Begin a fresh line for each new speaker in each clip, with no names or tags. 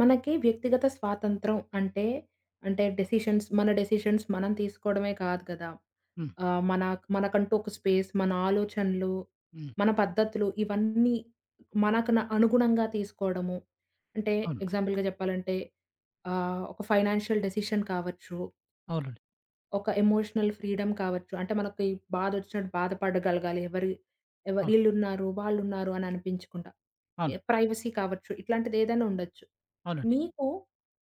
మనకి వ్యక్తిగత స్వాతంత్రం అంటే, డెసిషన్స్ మన డెసిషన్స్ మనం తీసుకోవడమే కాదు కదా!
హ్మ్.
ఆహ్, మన మనకంటూ ఒక స్పేస్, మన ఆలోచనలు,
హ్మ్.
మన పద్ధతులు ఇవన్నీ మనకు అనుగుణంగా తీసుకోవడము. అంటే
అవును.
ఎగ్జాంపుల్‌గా చెప్పాలంటే ఒక ఫైనాన్షియల్ డెసిషన్ కావచ్చు.
అవునండి.
ఒక ఎమోషనల్ ఫ్రీడమ్ కావచ్చు. అంటే మనకి బాధొచ్చినట్టు బాధపడగలగాలి. ఎవరి ఎవ
అవును.
ఈళ్ళున్నారు, వాళ్ళున్నారు అని అనిపించకుండా.
అవును.
ప్రైవసీ కావచ్చు. ఇట్లాంటిదేదైనా ఉండొచ్చు.
అవునండి.
మీకు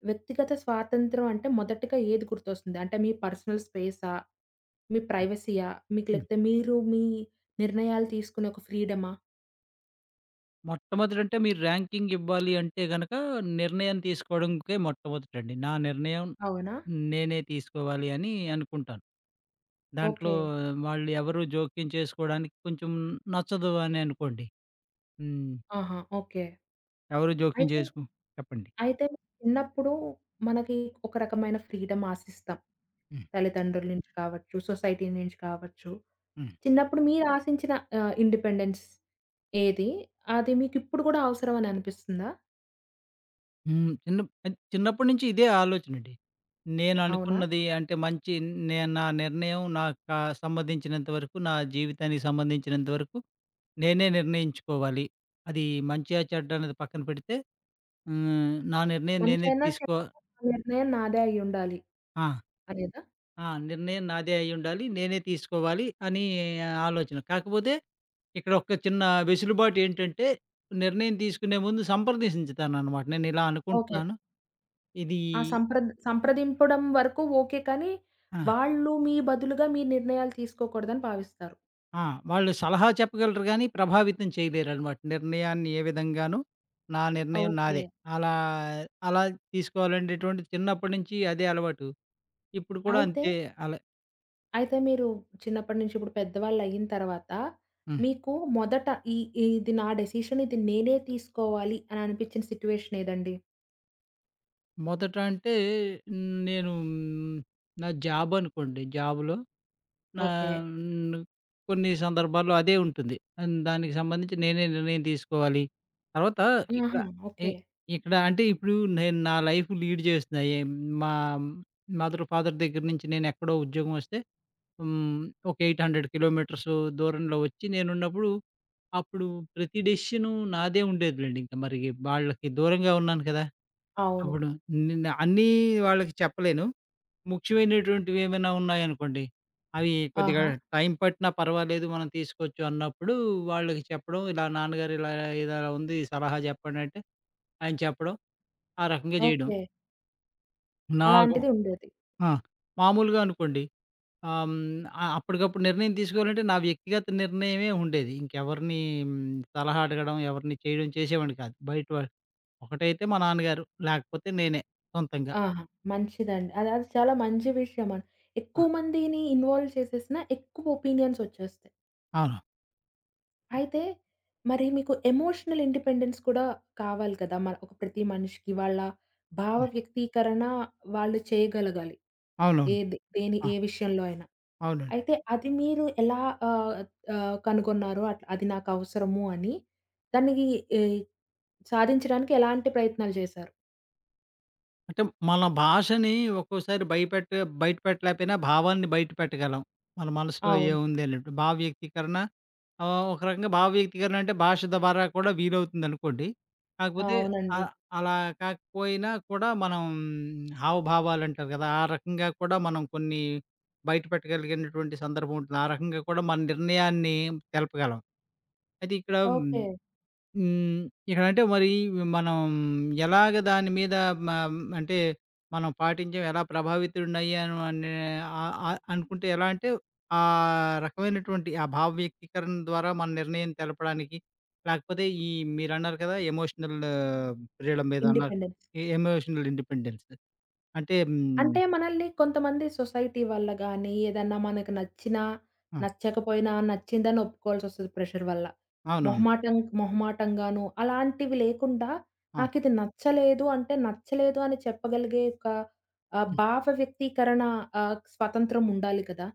వ్యక్తిగత స్వాతంత్రం అంటే మొదటగా ఏది గుర్తొస్తుంది? అంటే మీ పర్సనల్ స్పేసా? మీ
హ్మ్.
ప్రైవసీయా? మీకు
హ్మ్.
లేకపోతే మీరు మీ నిర్ణయాలు తీసుకునే ఒక ఫ్రీడమా?
మొట్టమొదటంటే మీరు ర్యాంకింగ్ ఇవ్వాలి అంటే గనక నిర్ణయం తీసుకోవడంకే మొట్టమొదటండి. నా నిర్ణయం
అవునా?
నేనే తీసుకోవాలి అని అనుకుంటాను. దాంట్లో
ఓకే.
వాళ్ళు ఎవరు జోక్యం చేసుకోవడానికి కొంచెం నచ్చదు అని అనుకోండి. హ్మ్.
ఆహా! ఓకే.
ఎవరు జోక్యం
అయితే,
చేసుకో చెప్పండి.
అయితే, చిన్నప్పుడు మనకి ఒక రకమైన ఫ్రీడమ్ ఆశిస్తాం.
హ్మ్.
తల్లిదండ్రుల నుంచి కావచ్చు, సొసైటీ నుంచి కావచ్చు.
హ్మ్.
చిన్నప్పుడు మీరు ఆశించిన ఇండిపెండెన్స్ ఏది? అది మీకిప్పుడు గూడా అవసరం అని అనిపిస్తుందా?
హ్మ్. చిన్నప్పటి నుంచి ఇదే ఆలోచనండి.
అవునా?
నేననుకున్నది అంటే మంచి నేను నా నిర్ణయం నాకు కా సంబంధించినంత వరకు, నా జీవితానికి సంబంధించినంత వరకు నేనే నిర్ణయించుకోవాలి. అది మంచా, చెడ్డ అనేది పక్కన పెడితే హ్మ్. నా నిర్ణయం నేనే
మంచైనా
తీసుకో
చెడైనా నిర్ణయం నాదే అయ్యుండాలి
ఆ!
అనేదా?
ఆ! నిర్ణయం నాదే అయ్యుండాలి. నేనే తీసుకోవాలి అని ఆలోచన. కాకపోతే ఇక్కడ ఒక చిన్న వెసులుబాటు ఏంటంటే, నిర్ణయం తీసుకునే ముందు సంప్రదించుతాననమాట. నేనిలా
ఓకే.
అనుకుంటున్నాను. ఇది
ఆ సంప్రదింపడం వరకు ఓకే. కానీ,
ఆ!
వాళ్ళు మీ బదులుగా మీ నిర్ణయాలు తీసుకోకూడదని భావిస్తారు.
ఆ! వాళ్ళు సలహా చెప్పగలరు గానీ, ప్రభావితం చేయలేరనమాట. నిర్ణయాన్ని ఏ విధంగానూ, నా నిర్ణయం
ఓకే.
నాదే. అలా, అలా తీసుకోవాలనేటువంటి చిన్నప్పటి నుంచి అదే అలవాటు. ఇప్పుడు కూడా
అయితే
అంతే అలా
అయితే మీరు చిన్నప్పటి నుంచి ఇప్పుడు పెద్దవాళ్ళయిన తర్వాత,
హ్మ్.
మీకు మొదట ఈ ఈ- ఇది నా డెసిషన్, ఇది నేనే తీసుకోవాలి అని అనిపించిన సిట్యుయేషన్ ఏదండి?
మొదట అంటే, నేను నా జాబ్ అనుకోండి. జాబ్‌లో నా
ఓకే.
హ్మ్. కొన్ని సందర్భాల్లో అదే ఉంటుంది. అండ్ దానికి సంబంధించి నేనే నిర్ణయం తీసుకోవాలి. తర్వాత ఇక్కడ
ఆహా!
ఎ
ఓకే.
ఇక్కడ అంటే ఇప్పుడు నేను నా లైఫ్ లీడ్ చేస్తున్నా. ఏం మా మదర్, ఫాదర్ దగ్గర నుంచి నేనెక్కడో ఉద్యోగం వస్తే హ్మ్. ఒక 800 కిలోమీటర్స్ దూరంలో వచ్చి నేనున్నప్పుడు, అప్పుడు ప్రతి డెసిషను నాదే ఉండేదిలెండి. ఇంక మరి వాళ్ళకి దూరంగా ఉన్నాను కదా!
అవును.
అప్పుడు నిన్న అన్నీ వాళ్ళకి చెప్పలేను. ముఖ్యమైనటువంటివి ఏమైనా ఉన్నాయనుకోండి. అవి కొద్దిగా
ఆహా!
టైం పట్టినా పర్వాలేదు మనం తీసుకోవచ్చు అన్నప్పుడు వాళ్ళకి చెప్పడం, ఇలా నాన్నగారు ఇలా, ఇలా ఉంది సలహా చెప్పండి అంటే ఆయన చెప్పడం, ఆ రకంగా చేయడం.
ఓకే.
నాకు
అలాంటిది ఉండేది.
ఆ! మామూలుగా అనుకోండి ఆహ్, హ్మ్, అప్పటికప్పుడు నిర్ణయం తీసుకోవాలంటే నా వ్యక్తిగత నిర్ణయమే ఉండేది. ఇంకెవరిని మ్, సలహా అడగడం, ఎవరిని చేయడం చేసేవాడిని కాదు. బయట వాళ్ళు ఒకటైతే మా నాన్నగారు, లేకపోతే నేనే సొంతంగా.
ఆహా! మంచిదండి. అది అది చాలా మంచి విషయం. ఎక్కువ
ఆ!
మందిని ఇన్వాల్వ్ చేసేసినా ఎక్కువ ఒపీనియన్స్ వచ్చేస్తాయి.
అవును.
అయితే మరి మీకు ఎమోషనల్ ఇండిపెండెన్స్ కూడా కావాలి కదా! మన ఒక ప్రతి మనిషికి వాళ్ళ భావ
హ్మ్.
వ్యక్తీకరణ వాళ్ళు చేయగలగాలి. ఏ
అవునవును.
దె దేని
ఆ!
ఏ విషయంలో అయినా.
అవునండి.
అయితే అది మీరు ఎలా ఆహ్, ఆహ్, కనుగొన్నారో, అట్లా అది నాకవసరము అని దానికి ఈ సాధించడానికి ఎలాంటి ప్రయత్నాలు చేశారు?
అంటే మన భాషని ఒక్కోసారి బయట పెట్టలేకపోయినా భావాన్ని బయట పెట్టగలం. మన మనసులో
అవును.
ఏముంది అన్నట్టు. భావ వ్యక్తీకరణ ఒక రకంగా భావ వ్యక్తీకరణ అంటే భాష ద్వారా కూడా వీలవుతుందనుకోండి. కాకపోతే
అవునండి.
ఆహ్, అలా కాకపోయినా కూడా మనం హావభావాలంటారు కదా! ఆ రకంగా కూడా మనం కొన్ని బయట పెట్టగలిగినటువంటి సందర్భం ఉంటుంది. ఆ రకంగా కూడా మన నిర్ణయాన్ని తెలపగలం. అయితే ఇక్కడ
ఓకే.
హ్మ్. ఇక్కడంటే మరి మనం ఎలాగ దాని మీద మ అంటే మనం పాటించాం, ఎలా ప్రభావితుడినయ్యాను అనే ఆహ్, ఆహ్, అనుకుంటే ఎలా అంటే ఆ రకమైనటువంటి ఆ భావ వ్యక్తీకరణ ద్వారా మన నిర్ణయం తెలపడానికి, లేకపోతే ఈ మీరన్నారు కదా! ఎమోషనల్ ఫ్రీడమ్ ఏదో అన్నారు.
ఇండిపెండెన్స్.
ఎమోషనల్ ఇండిపెండెన్స్ అంటే హ్మ్.
అంటే మనల్ని కొంతమంది సొసైటీ వల్ల గానీ, ఏదన్నా మనకు నచ్చినా,
ఆ!
నచ్చకపోయినా నచ్చిందని ఒప్పుకోవాల్సొస్తది ప్రెషర్ వల్ల.
అవునవును.
మొహమాటంగాను అలాంటివి లేకుండా,
ఆ!
నాకిది నచ్చలేదు అంటే, నచ్చలేదు అని చెప్పగలిగే ఒక
హ్మ్.
భావ వ్యక్తీకరణ స్వతంత్రం ఉండాలి కదా!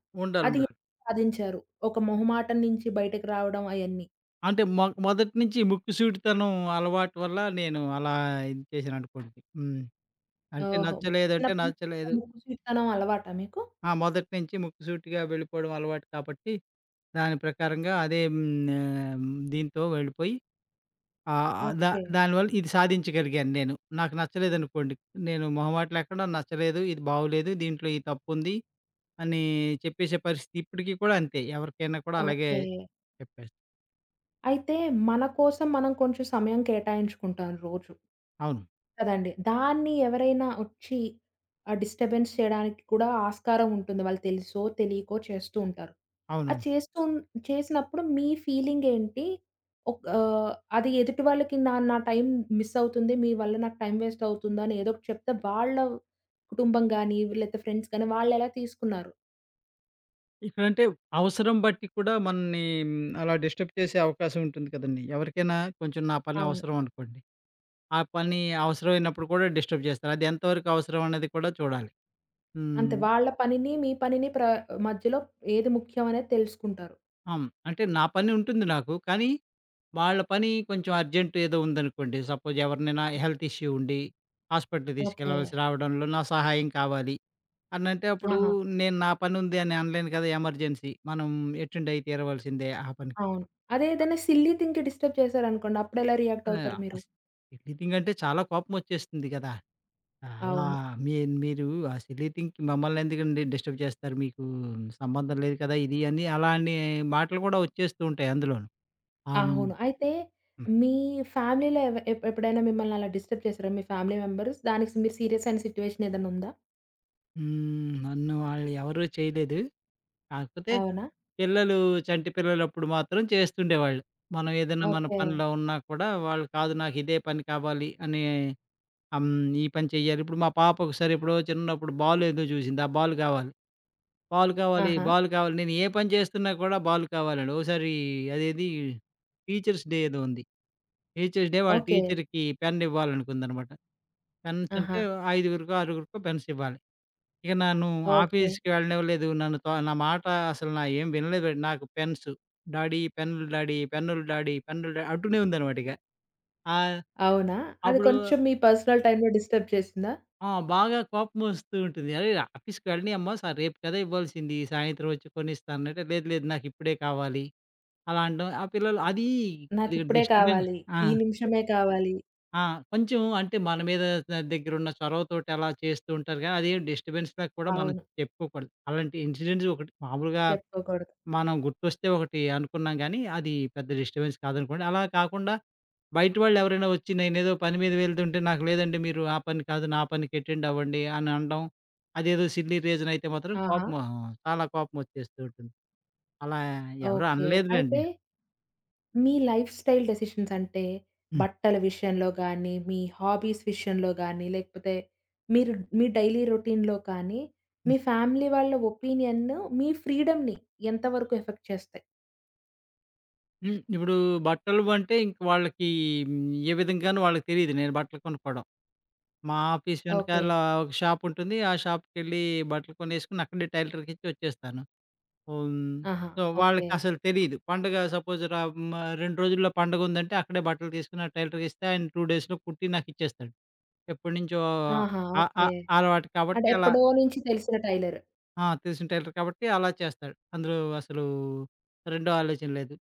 అది
ఉండాలుండాలి.
ఎలా సాధించారు? ఒక మొహమాటం నుంచి బయటకి రావడం అయన్నీ.
అంటే మొదటి నుంచి ముక్కుసూటితనం అలవాటు వల్ల నేను అలా ఇది చేశాననుకోండి. హ్మ్. అంటే
ఓహో!
నచ్చలేదంటే
చిన్నప్పటి నుంచి
నచ్చలేదు.
ముక్కుసూటితనం అలవాటా మీకు?
ఆ! మొదటి నుంచి ముక్కుసూటిగా వెళ్ళిపోవడం అలవాటు కాబట్టి, దాని ప్రకారంగా అదే ఆహ్, దీంతో వెళ్ళిపోయి ఆహ్, ఆహ్, దా
ఓకే.
దానివల్ల ఇది సాధించగలిగాను నేను. నాకు నచ్చలేదనుకోండి, నేను మొహమాట లేకుండా నచ్చలేదు, ఇది బాగోలేదు, దీంట్లో ఈ తప్పుంది అని చెప్పేసే పరిస్థితి ఇప్పటికి కూడా అంతే. ఎవరికైనా కూడా అలాగే
ఓకే.
చెప్పేస్తా.
అయితే మన కోసం మనం కొంచెం సమయం కేటాయించుకుంటాం రోజు.
అవును.
కదండీ! దాన్ని ఎవరైనా ఒచ్చి డిస్టర్బెన్స్ చేయడానికి కూడా ఆస్కారం ఉంటుంది. వాళ్ళు తెలుసో, తెలియకో చేస్తూ ఉంటారు. అది
అవునవును.
చేస్తూ ఉన్- చేసినప్పుడు మీ ఫీలింగేంటి? ఒక్ ఆహ్, అది ఎదుటి వాళ్ళకి నా నా టైం మిస్ అవుతుంది. మీ వల్ల నాకు టైం వేస్ట్ అవుతుందని ఏదో ఒకటి చెప్తే వాళ్ళ కుటుంబం గానీ, లేతే ఫ్రెండ్స్ గానీ వాళ్ళెలా తీసుకున్నారు?
ఇక్కడంటే అవసరం బట్టి కూడా మనని మ్, అలా డిస్టర్బ్ చేసే అవకాశం ఉంటుంది కదండీ! ఎవరికైనా కొంచెం నా పని
అవును.
అవసరం అనుకోండి. ఆ పని అవసరమైనప్పుడు కూడా డిస్టర్బ్ చేస్తారు. అది ఎంతవరకు అవసరం అనేది కూడా చూడాలి.
అంతే.
హ్మ్.
వాళ్ళ పనిని, మీ పనిని మధ్యలో ఏది ముఖ్యం అనేది తెలుసుకుంటారు.
అవును. అంటే నా పని ఉంటుంది నాకు. కానీ వాళ్ళ పని కొంచెం అర్జెంట్ ఏదో ఉందనుకోండి. సపోజ్ ఎవరినైనా హెల్త్ ఇష్యూ ఉండి హాస్పిటల్‌కి
ఓకే.
తీసుకెళ్ళవలసి రావడంలో నా సహాయం కావాలి అనంటే అప్పుడు
ఆహా!
నేను నా పని ఉంది అని అనలేను కదా! ఎమర్జెన్సీ. మనం ఎటెండ్ అయి తీరవలసిందే ఆ పనికి.
అవును. అదే ఏదైనా సిల్లీ థింగ్‌కి డిస్టర్బ్ చేశారనుకోండి, అప్పుడెలా రియాక్ట్
ఆ!
అవుతారు మీరు?
అస్ ఎడిటింగ్ అంటే చాలా కోపమొచ్చేస్తుంది కదా! ఆ! అలా
అవును.
మీ మీరు ఆ సిల్లీ థింగ్‌కి మమ్మల్నెందుకండి డిస్టర్బ్ చేస్తారు? మీకు సంబంధం లేదు కదా! ఇది అని అలాని మాటలు కూడా వచ్చేస్తూ ఉంటాయి అందులోను. ఆహ్, హ్మ్.
అవును. అయితే
హ్మ్.
మీ ఫ్యామిలీలో ఎవ ఎప్ ఎప్పుడైనా మిమ్మల్ని అలా డిస్టర్బ్ చేసారా? మీ ఫ్యామిలీ మెంబర్స్ దానికి మీరు సీరియస్ అయిన సిట్యుయేషన్ ఏదైనా ఉందా?
హ్మ్. నన్ను వాళ్ళు ఎవరు చేయలేదు. కాకపోతే
అవునా?
పిల్లలు చంటి పిల్లలప్పుడు మాత్రం చేస్తుండేవాళ్ళు. మనం ఏదైనా మన
ఓకే.
పనిలో ఉన్నా కూడా వాళ్ళు కాదు నాకిదే పని కావాలి అని ఆహ్, హ్మ్. ఈ పని చెయ్యాలి. ఇప్పుడు మా పాప ఒకసారి ఎప్పుడో చిన్నప్పుడు బాల్ ఏదో చూసింది. ఆ బాల్ కావాలి. బాల్ కావాలి,
ఆహా!
బాల్ కావాలి. నేను ఏ పని చేస్తున్నా కూడా బాల్ కావాలండి. ఓసారి అదేది టీచర్స్ డే ఏదో ఉంది. టీచర్స్ డే వాళ్ళ
ఓకే.
టీచర్‌కి పెన్ ఇవ్వాలనుకుందనమాట. పెన్స్
ఆహా!
అంటే ఐదుగురికో, ఆరుగురికో పెన్స్ ఇవ్వాలి. ఇక నన్ను
ఓకే.
ఆఫీస్‌కి వెళ్ళనివ్వలేదు. నన్ను తో నా మాట అసలు నా ఏం వినలేదు. నాకు పెన్స్ డాడీ పెన్నులు డాడీ, పెన్నులు డాడీ, పెన్నులు డా అంటూనే ఉందనమాట ఇక. ఆహ్,
అవునా? అది
అప్పుడు
కొంచెం మీ పర్సనల్ టైమ్‌లో డిస్టర్బ్ చేసిందా?
ఆ! బాగా కోపమొస్తూ ఉంటుంది. "అరేయ్! ఆఫీస్‌కి వెళ్ళనీయమ్మా! రేపు కదా ఇవ్వాల్సింది. సాయంత్రం వచ్చి కొనిస్తాను" అంటే, "లేదు లేదు నాకిప్పుడే కావాలి." అలా అంటాం. ఆ పిల్లలు అది కొద్దిగా
నాకిప్పుడే కావాలి.
ఆ!
ఈ నిమిషమే కావాలి.
ఆ! కొంచెం అంటే మన మీద దగ్గరున్న చొరవతోటి అలా చేస్తూ ఉంటారు గానీ, అదేం డిస్టర్బెన్స్‌లా కూడా మనం
అవును.
చెప్పుకోకూడదు. అలాంటి ఇన్సిడెంట్స్ ఒకటి మామూలుగా
చెప్పుకోకూడదు.
మనం గుర్తొస్తే ఒకటి అనుకున్నాం గానీ, అది పెద్ద డిస్టర్బెన్స్ కాదనుకోండి. అలా కాకుండా బయట వాళ్ళెవరైనా వచ్చి నేనేదో పని మీద వెళ్తుంటే, "నాకు లేదండి మీరు ఆ పని కాదు, నా పనికి అటెండ్ అవ్వండి" అని అనడం. అదేదో సిల్లీ రీజన్ అయితే మాత్రం
ఆహా!
చాలా కోపమొచ్చేస్తూ ఉంటుంది. అలా ఎవరు
ఓకే. అయితే
అనలేదులెండి.
మీ లైఫ్ స్టైల్ డెసిషన్స్ అంటే,
హ్మ్.
బట్టల విషయంలో గానీ, మీ హాబీస్ విషయంలో గానీ, లేకపోతే మీరు మీ డైలీ రొటీన్‌లో కానీ, మీ ఫ్యామిలీ వాళ్ళ ఒపీనియన్ను మీ ఫ్రీడమ్‌ని ఎంత వరకు ఎఫెక్ట్ చేస్తాయి?
హ్మ్. ఇప్పుడు బట్టలు అంటే ఇంక వాళ్ళకి హ్మ్. ఏ విధంగానూ వాళ్ళకి తెలీదు నేను బట్టలు కొనుక్కోవడం. మా ఆఫీస్
ఓకే.
వెనకాల ఒక షాప్ ఉంటుంది. ఆ షాప్‌కెళ్ళి బట్టలు కొనేసుకొని అక్కడే టైలర్‌కిచ్చి వచ్చేస్తాను. హ్మ్.
ఆహా!
So,
okay.
వాళ్ళకసలు తెలీదు. పండగ సపోజ్ ర మ 2 రోజుల్లో పండగుందంటే అక్కడే బట్టలు తీసుకొని ఆ టైలర్‌కిస్తే ఆయన 2 డేస్‌లో కుట్టి నాకిచ్చేస్తాడు. ఎప్పటినుంచో
ఆహా!
ఆ ఆ
ఓకే.
అలవాటు
అంటే
కాబట్టి అలా
ఎప్పుడో నుంచి తెలిసిన టైలర్.
ఆ! తెలిసిన టైలర్ కాబట్టి అలా చేస్తాడు. అందులో అసలు రెండో ఆలోచన లేదు.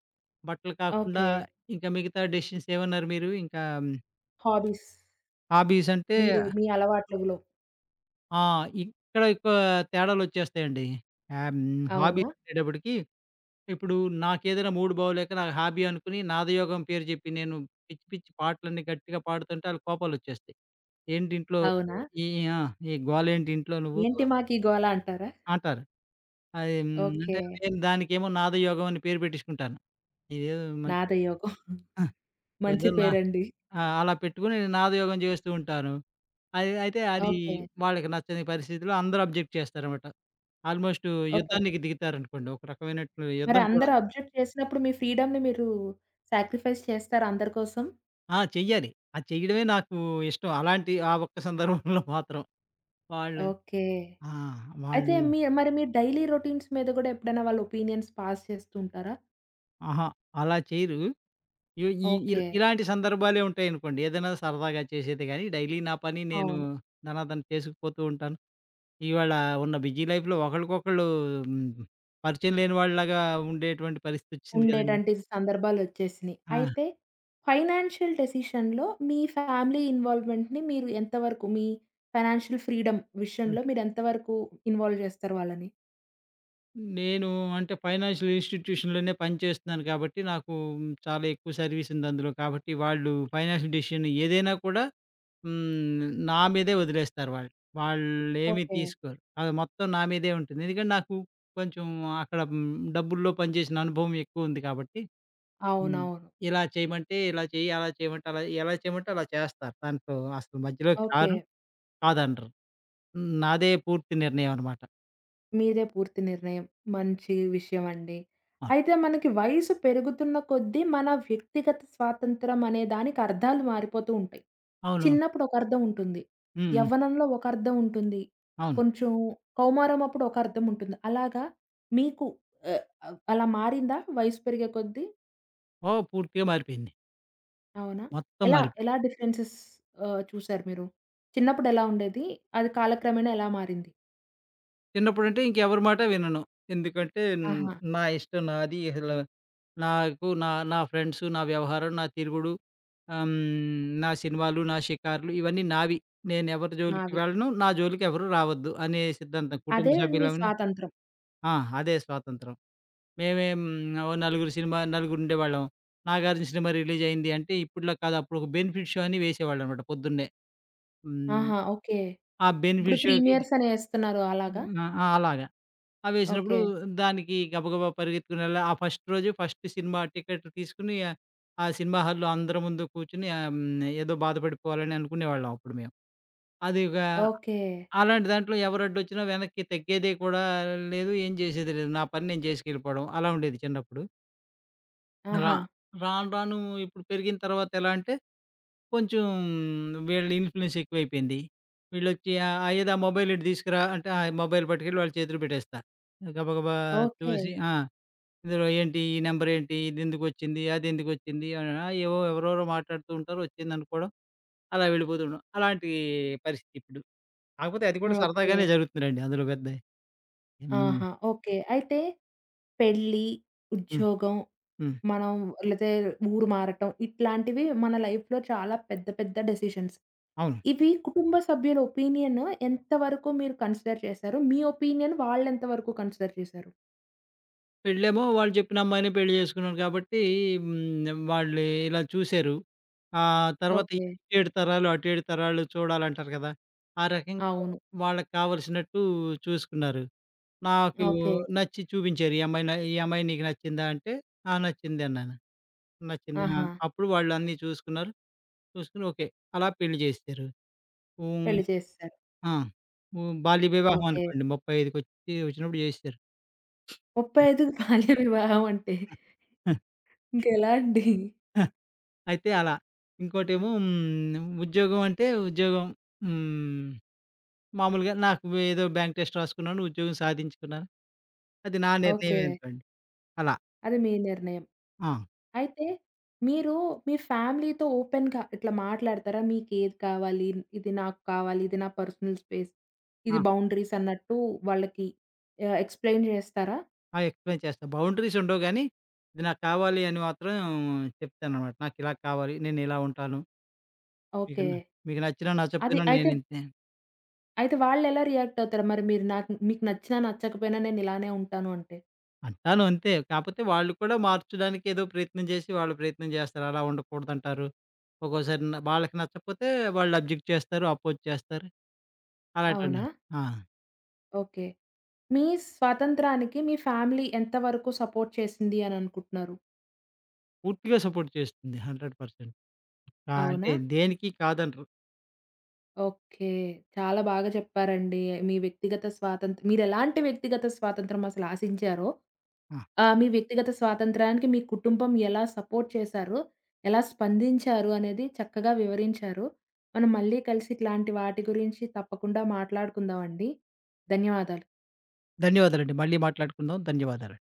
బట్టలు కాకుండా
ఓకే.
ఇంకా మిగతా డెసిషన్స్ ఏమన్నారు మీరు? ఇంకా
హాబీస్
హాబీస్ అంటే
మీరు మీ అలవాట్లలో.
ఆ! ఇక్కడ ఎక్కువ తేడాలొచ్చేస్తాయండి. ఆహ్, హ్మ్.
అవునా?
హాబీస్ అనేటప్పటికి ఇప్పుడు నాకేదైనా మూడ్ బాగోలేక నాకు హాబీ అనుకుని నాదయోగం పేరు చెప్పి నేను పిచ్చి పిచ్చి పాటలన్నీ గట్టిగా పాడుతుంటే ఆళ్ళకి కోపాలొచ్చేస్తాయి. ఏంటి ఇంట్లో
అవునా?
ఈ ఆ! "ఈ గోలేంటి ఇంట్లో నువ్వు"
ఏంటి మాకీ గోల అంటారా?
అంటారు. అది హ్మ్.
ఓకే.
అంటే నేను దానికేమో నాదయోగం అని పేరు పెట్టించుకుంటాను. ఇదేదో మంచి
నాదయోగం.
ఆ! ఏదో
మంచి
నా
పేరండి.
ఆ! అలా పెట్టుకొని నాదయోగం చేస్తూ ఉంటాను. అది అయితే అది
ఓకే.
వాళ్ళకి నచ్చని పరిస్థితిలో అందరూ అబ్జెక్ట్ చేస్తారనమాట. Almost
okay.
యుద్ధానికి దిగుతారనుకోండి. ఒక రకమైనట్లు
మరి
యుద్ధం కూడా
అందరూ అబ్జెక్ట్ చేసినప్పుడు మీ ఫ్రీడమ్‌ని మీరు సాక్రిఫైస్ చేస్తారా అందరి కోసం?
ఆ! చెయ్యాలి. అది చెయ్యడమే నాకు ఇష్టం. అలాంటి ఆ ఒక్క సందర్భంలో మాత్రం. వాళ్ళు
ఓకే.
ఆ!
అయితే
వాళ్ళు
మరి మీ డైలీ రొటీన్స్ మీద గూడా ఎప్పుడైనా వాళ్ళు ఒపీనియన్స్ పాస్ చేస్తూ ఉంటారా?
అహా! అలా చెయ్యరు. ఇ ఈ ఇల్
ఓకే.
ఇలాంటి సందర్భాలే ఉంటాయనుకోండి. ఏదైనా సరదాగా చేసేది గానీ, డైలీ నా పని నేను
అవును.
ధనాధన చేసుకుపోతూ ఉంటాను. ఇవాళ ఉన్న బిజీ లైఫ్‌లో ఒకళ్ళకొకళ్ళు హ్మ్. పరిచయం లేని వాళ్ళలాగా ఉండేటువంటి పరిస్థితొచ్చేసింది కదండీ!
ఉండేటంటి సందర్భాలొచ్చేసినియి.
ఆ!
అయితే ఫైనాన్షియల్ డెసిషన్‌లో మీ ఫ్యామిలీ ఇన్వాల్వ్‌మెంట్‌ని మీరు ఎంతవరకు మీ ఫైనాన్షియల్ ఫ్రీడమ్
హ్మ్.
విషయంలో మీరెంత వరకు ఇన్వాల్వ్ చేస్తారు వాళ్ళని?
నేను అంటే ఫైనాన్షియల్ ఇన్‌స్టిట్యూషన్‌లోనే పని చేస్తున్నాను కాబట్టి, నాకు చాలా ఎక్కువ సర్వీస్ ఉంది అందులో. కాబట్టి వాళ్ళు ఫైనాన్షియల్ డెసిషన్ ఏదైనా కూడా హ్మ్. నా మీదే వదిలేస్తారు వాళ్ళు. వాళ్ళేమి
ఓకే.
తీసుకోరు. అది మొత్తం నా మీదే ఉంటుంది. ఎందుకంటే నాకు కొంచెం అక్కడ హ్మ్. డబ్బుల్లో పనిచేసిన అనుభవం ఎక్కువుంది కాబట్టి హ్మ్.
అవునవును.
ఇలా చేయమంటే ఇలా చెయ్యి, అలా చేయమంటే అలా ఎలా చేయమంటే అలా చేస్తారు. దాంట్లో అసలు మధ్యలోకి
ఓకే.
రారు, కాదనరు. హ్మ్. నాదే పూర్తి నిర్ణయం అనమాట.
మీదే పూర్తి నిర్ణయం. మంచి విషయమండి.
అవును.
అయితే మనకి వయసు పెరుగుతున్న కొద్దీ మన వ్యక్తిగత స్వాతంత్రం అనే దానికి అర్థాలు మారిపోతూ ఉంటాయి.
అవునవును.
చిన్నప్పుడు ఒక అర్థం ఉంటుంది.
హ్మ్. హ్మ్.
యవ్వనంలో ఒక అర్థం ఉంటుంది.
అవును.
కొంచెం కౌమారం అప్పుడు ఒక అర్థం ఉంటుంది. అలాగా మీకు ఆహ్, అవ్ అలా మారిందా వయసు పెరిగే కొద్దీ?
ఓహ్! పూర్తిగా మారిపోయింది.
అవునా?
మొత్తం
ఎలా
మారిపోయింది.
ఎలా డిఫరెన్సెస్ చూసారు మీరు? చిన్నప్పుడు ఎలా ఉండేది? అది కాలక్రమేణా ఎలా మారింది?
చిన్నప్పుడంటే ఇంకెవరి మాట వినను. ఎందుకంటే హ్మ్,
ఆహా!
నా ఇష్టం నాది. అసలు నాకు నా నా ఫ్రెండ్సు, నా వ్యవహారం, నా తిరుగుడు, నా సినిమాలు, నా షికారులు ఇవన్నీ నావి. నేనెవరి జోలికి
నావి.
వెళ్ళను. నా జోలికి ఎవరు రావద్దు అనే సిద్ధాంతం. కుటుంబ
అదే మీ
సభ్యులమైన
స్వాతంత్రం.
ఆ! అదే స్వాతంత్రం. మేమేం ఓ నలుగురు సినిమా నలుగురుండేవాళ్ళం. 'నాగార్జున' సినిమా రిలీజయింది అంటే ఇప్పట్లో కాదు. అప్పుడొక బెనిఫిట్ షో అని వేసేవాళ్ళనమాట పొద్దున్నే. హ్మ్.
ఆహా! ఓకే.
ఆ
ఇప్పుడు
బెనిఫిట్ షోకి
ప్రీమియర్స్ అని ఏస్తున్నారు అలాగా?
ఆ! ఆ! అలాగా. అవేసినప్పుడు
ఓకే.
దానికి గబగబా పరిగెత్తుకునెళ్ళి ఆ ఫస్ట్ రోజు ఫస్ట్ సినిమా టికెట్ తీసుకొని ఆ ఆ సినిమా హాల్‌లో అందరి ముందు కూర్చొని ఏదో బాధపడిపోవాలని అనుకునేవాళ్ళం అప్పుడు మేము. అది ఇక
ఓకే.
అలాంటి దాంట్లో ఎవరడ్డొచ్చినా వెనక్కి తగ్గేదే కూడా లేదు. ఏం చేసేది లేదు. నా పని నేను చేసుకెళ్ళిపోవడం అలా ఉండేది చిన్నప్పుడు. రా
ఆహా!
రాను రాను ఇప్పుడు పెరిగిన తర్వాత ఎలా అంటే కొంచెం వీళ్ళ ఇన్‌ఫ్లూయెన్స్ ఎక్కువైపోయింది. వీళ్ళొచ్చి ఏదో ఆ మొబైల్ ఇటు తీసుకురా అంటే ఆ మొబైల్ పట్టుకెళ్ళి వాళ్ళ చేతిలో పెట్టేస్తారు. గబగబా
ఓకే.
చూసి ఆ! ఇందులో ఏంటి? ఈ నంబర్ ఏంటి? ఇదెందుకొచ్చింది? అదెందుకొచ్చింది? అని ఆ! ఏవో ఎవరెవరో మాట్లాడుతూ ఉంటారు. వచ్చిందనుకోవడం అలా వెళ్ళిపోతూ ఉంటాం. అలాంటి పరిస్థితి ఇప్పుడు. కాకపోతే అది కూడా
ఓకే.
సరదాగానే జరుగుతుందిలెండి. అందులో పెద్ద హ్మ్.
ఆహా! ఓకే. అయితే పెళ్లి,
హ్మ్.
ఉద్యోగం,
హ్మ్.
మనం లేతే ఊరు మారటం ఇట్లాంటివి మన లైఫ్‌లో చాలా పెద్ద పెద్ద డెసిషన్స్.
అవును.
ఇవి కుటుంబ సభ్యుల ఒపీనియన్ ఎంత వరకు మీరు కన్సిడర్ చేశారు? మీ ఒపీనియన్ వాళ్ళెంత వరకు కన్సిడర్ చేశారు?
పెళ్ళేమో వాళ్ళు చెప్పిన అమ్మాయినే పెళ్లి చేసుకున్నాను కాబట్టి హ్మ్. వాళ్ళు ఇలా చూసారు. ఆ తర్వాత
ఓకే.
ఇటు ఏడు తరాలు, అటు ఏడు తరాలు చూడాలంటారు కదా! ఆ రకంగా
అవును.
వాళ్ళకి కావాల్సినట్టు చూసుకున్నారు. నాకు
ఓకే.
నచ్చి చూపించారు. " ఈ అమ్మాయి నీకు నచ్చిందా?" అంటే, "ఆ! నచ్చింది" అన్నాను. నచ్చింది. ఆ!
ఆహా!
అప్పుడు వాళ్ళు అన్నీ చూసుకున్నారు. చూసుకొని ఓకే. అలా పెళ్లి చేసేసారు. హ్మ్.
పెళ్లి చేసేసారు.
ఆ! హ్మ్. బాల్య వివాహం
ఓకే.
అనుకోండి. 35 కొచ్చి వచ్చినప్పుడు చేసేసారు.
35కి బాల్య వివాహం అంటే ఇంకెలా అండి?
అయితే అలా. ఇంకోటేమో ఉద్యోగం అంటే ఉద్యోగం హ్మ్, మామూలుగా నాకు ఏదో బ్యాంక్ టెస్ట్ రాసుకున్నాను. ఉద్యోగం సాధించుకున్నాను. అది నా
ఓకే.
నిర్ణయమే అనుకోండి. అలా.
అది మీ నిర్ణయం.
ఆ!
అయితే మీరు మీ ఫ్యామిలీతో ఓపెన్‌గా ఇట్లా మాట్లాడతారా? మీకేది కావాలి? ఇది నాకు కావాలి. ఇది నా పర్సనల్ స్పేస్. ఇది
ఆ!
బౌండరీస్ అన్నట్టు వాళ్ళకి ఎక్స్‌ప్లెయిన్ చేస్తారా?
ఆ! ఎక్స్‌ప్లెయిన్ చేస్తా. బౌండరీస్ ఉండవు గానీ, ఇది నాకు కావాలి అని మాత్రం చెప్తాననమాట. నాకు ఇలా కావాలి. నేను ఇలా ఉంటాను. మీకు
ఓకే.
న మీకు నచ్చినా
అది
నచ్చకపోయినా
అయితే
నేనింతే.
అయితే వాళ్ళెలా రియాక్ట్ అవుతారు? మరి మీరు మీకు నచ్చినా నచ్చకపోయినా నేను ఇలానే ఉంటాను అంటే?
అంటాను అంతే. కాపోతే వాళ్ళు కూడా మార్చడానికి ఏదో ప్రయత్నం చేసి వాళ్ళు ప్రయత్నం చేస్తారు. అలా ఉండకూడదంటారు. ఒక్కోసారి వాళ్ళకి నచ్చకపోతే వాళ్ళు అబ్జెక్ట్ చేస్తారు. అపోజ్ చేస్తారు. అలాంటివన్నీ.
అవునా?
ఆ!
ఓకే. మీ స్వాతంత్రానికి మీ ఫ్యామిలీ ఎంత వరకు సపోర్ట్ చేసింది అని అనుకుంటున్నారు?
పూర్తిగా సపోర్ట్ చేస్తుంది. 100% ఆ!
అవునా?
అంటే దేనికి కాదనరు.
ఓకే. చాలా బాగా చెప్పారండి. మీ వ్యక్తిగత స్వాతంత్రం మీరెలాంటి వ్యక్తిగత స్వాతంత్రం అసలు ఆశించారో,
ఆ!
మీ వ్యక్తిగత స్వాతంత్రానికి మీ కుటుంబం ఎలా సపోర్ట్ చేశారో, ఎలా స్పందించారు అనేది చక్కగా వివరించారు. మనం మళ్ళీ కలిసి ఇట్లాంటి వాటి గురించి తప్పకుండా మాట్లాడుకుందామండి. ధన్యవాదాలు.
ధన్యవాదాలండి. మళ్ళీ మాట్లాడుకుందాం. ధన్యవాదాలు.